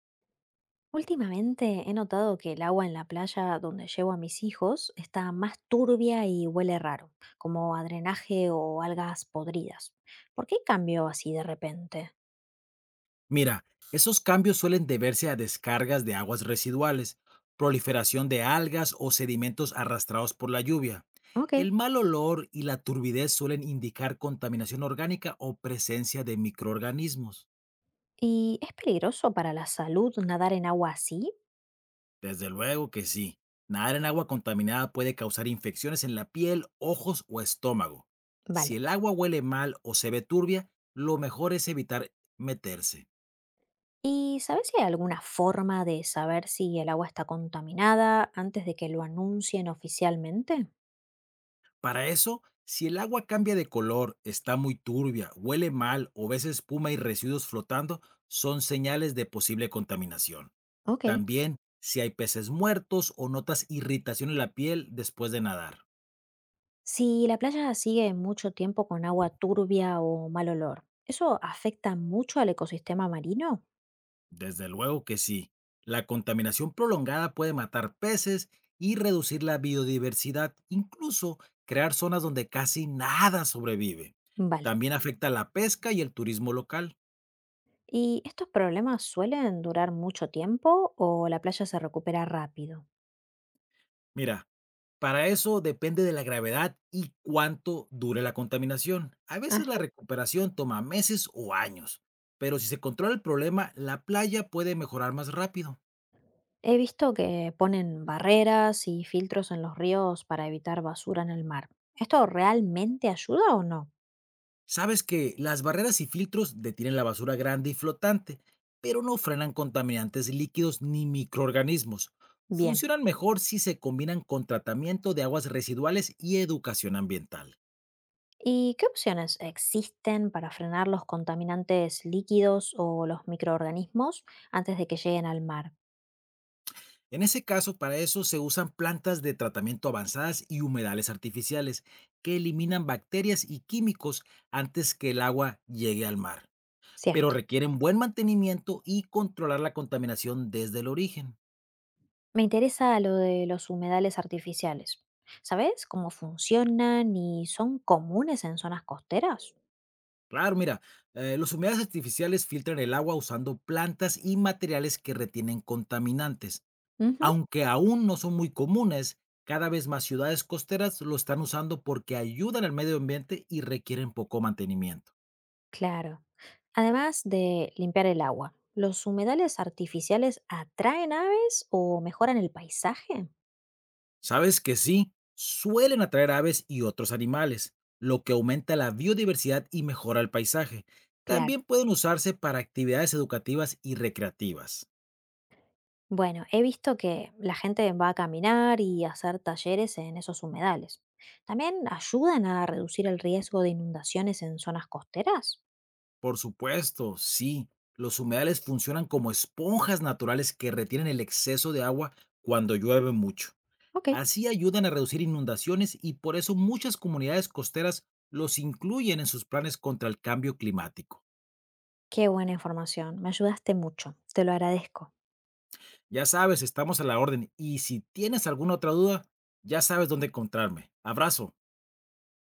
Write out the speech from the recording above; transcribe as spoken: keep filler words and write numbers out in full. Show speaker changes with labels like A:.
A: Últimamente he notado que el agua en la playa donde llevo a mis hijos está más turbia y huele raro, como a drenaje o algas podridas. ¿Por qué cambió así de repente?
B: Mira, esos cambios suelen deberse a descargas de aguas residuales, proliferación de algas o sedimentos arrastrados por la lluvia.
A: Ok.
B: El mal olor y la turbidez suelen indicar contaminación orgánica o presencia de microorganismos.
A: ¿Y es peligroso para la salud nadar en agua así?
B: Desde luego que sí. Nadar en agua contaminada puede causar infecciones en la piel, ojos o estómago. Si
A: Vale.
B: el agua huele mal o se ve turbia, lo mejor es evitar meterse.
A: ¿Y sabes si hay alguna forma de saber si el agua está contaminada antes de que lo anuncien oficialmente?
B: Para eso, si el agua cambia de color, está muy turbia, huele mal o ves espuma y residuos flotando, son señales de posible contaminación.
A: Ok.
B: También, si hay peces muertos o notas irritación en la piel después de nadar.
A: Si la playa sigue mucho tiempo con agua turbia o mal olor, ¿eso afecta mucho al ecosistema marino?
B: Desde luego que sí. La contaminación prolongada puede matar peces y reducir la biodiversidad, incluso crear zonas donde casi nada sobrevive.
A: Vale.
B: También afecta la pesca y el turismo local.
A: ¿Y estos problemas suelen durar mucho tiempo o la playa se recupera rápido?
B: Mira, para eso depende de la gravedad y cuánto dure la contaminación. A veces la
A: Ajá.
B: recuperación toma meses o años, pero si se controla el problema, la playa puede mejorar más rápido.
A: He visto que ponen barreras y filtros en los ríos para evitar basura en el mar. ¿Esto realmente ayuda o no?
B: Sabes que las barreras y filtros detienen la basura grande y flotante, pero no frenan contaminantes líquidos ni microorganismos.
A: Bien.
B: Funcionan mejor si se combinan con tratamiento de aguas residuales y educación ambiental.
A: ¿Y qué opciones existen para frenar los contaminantes líquidos o los microorganismos antes de que lleguen al mar?
B: En ese caso, para eso se usan plantas de tratamiento avanzadas y humedales artificiales que eliminan bacterias y químicos antes que el agua llegue al mar, pero
A: Cierto.
B: requieren buen mantenimiento y controlar la contaminación desde el origen.
A: Me interesa lo de los humedales artificiales. ¿Sabes cómo funcionan y son comunes en zonas costeras?
B: Claro, mira, eh, los humedales artificiales filtran el agua usando plantas y materiales que retienen contaminantes.
A: Ujú.
B: Aunque aún no son muy comunes, cada vez más ciudades costeras lo están usando porque ayudan al medio ambiente y requieren poco mantenimiento.
A: Claro. Además de limpiar el agua, ¿los humedales artificiales atraen aves o mejoran el paisaje?
B: Sabes que sí, suelen atraer aves y otros animales, lo que aumenta la biodiversidad y mejora el paisaje.
A: Claro.
B: También pueden usarse para actividades educativas y recreativas.
A: Bueno, he visto que la gente va a caminar y a hacer talleres en esos humedales. ¿También ayudan a reducir el riesgo de inundaciones en zonas costeras?
B: Por supuesto, sí, los humedales funcionan como esponjas naturales que retienen el exceso de agua cuando llueve mucho.
A: Ok.
B: Así ayudan a reducir inundaciones y por eso muchas comunidades costeras los incluyen en sus planes contra el cambio climático.
A: Qué buena información, me ayudaste mucho, te lo agradezco.
B: Ya sabes, estamos a la orden. Y si tienes alguna otra duda, ya sabes dónde encontrarme. Abrazo.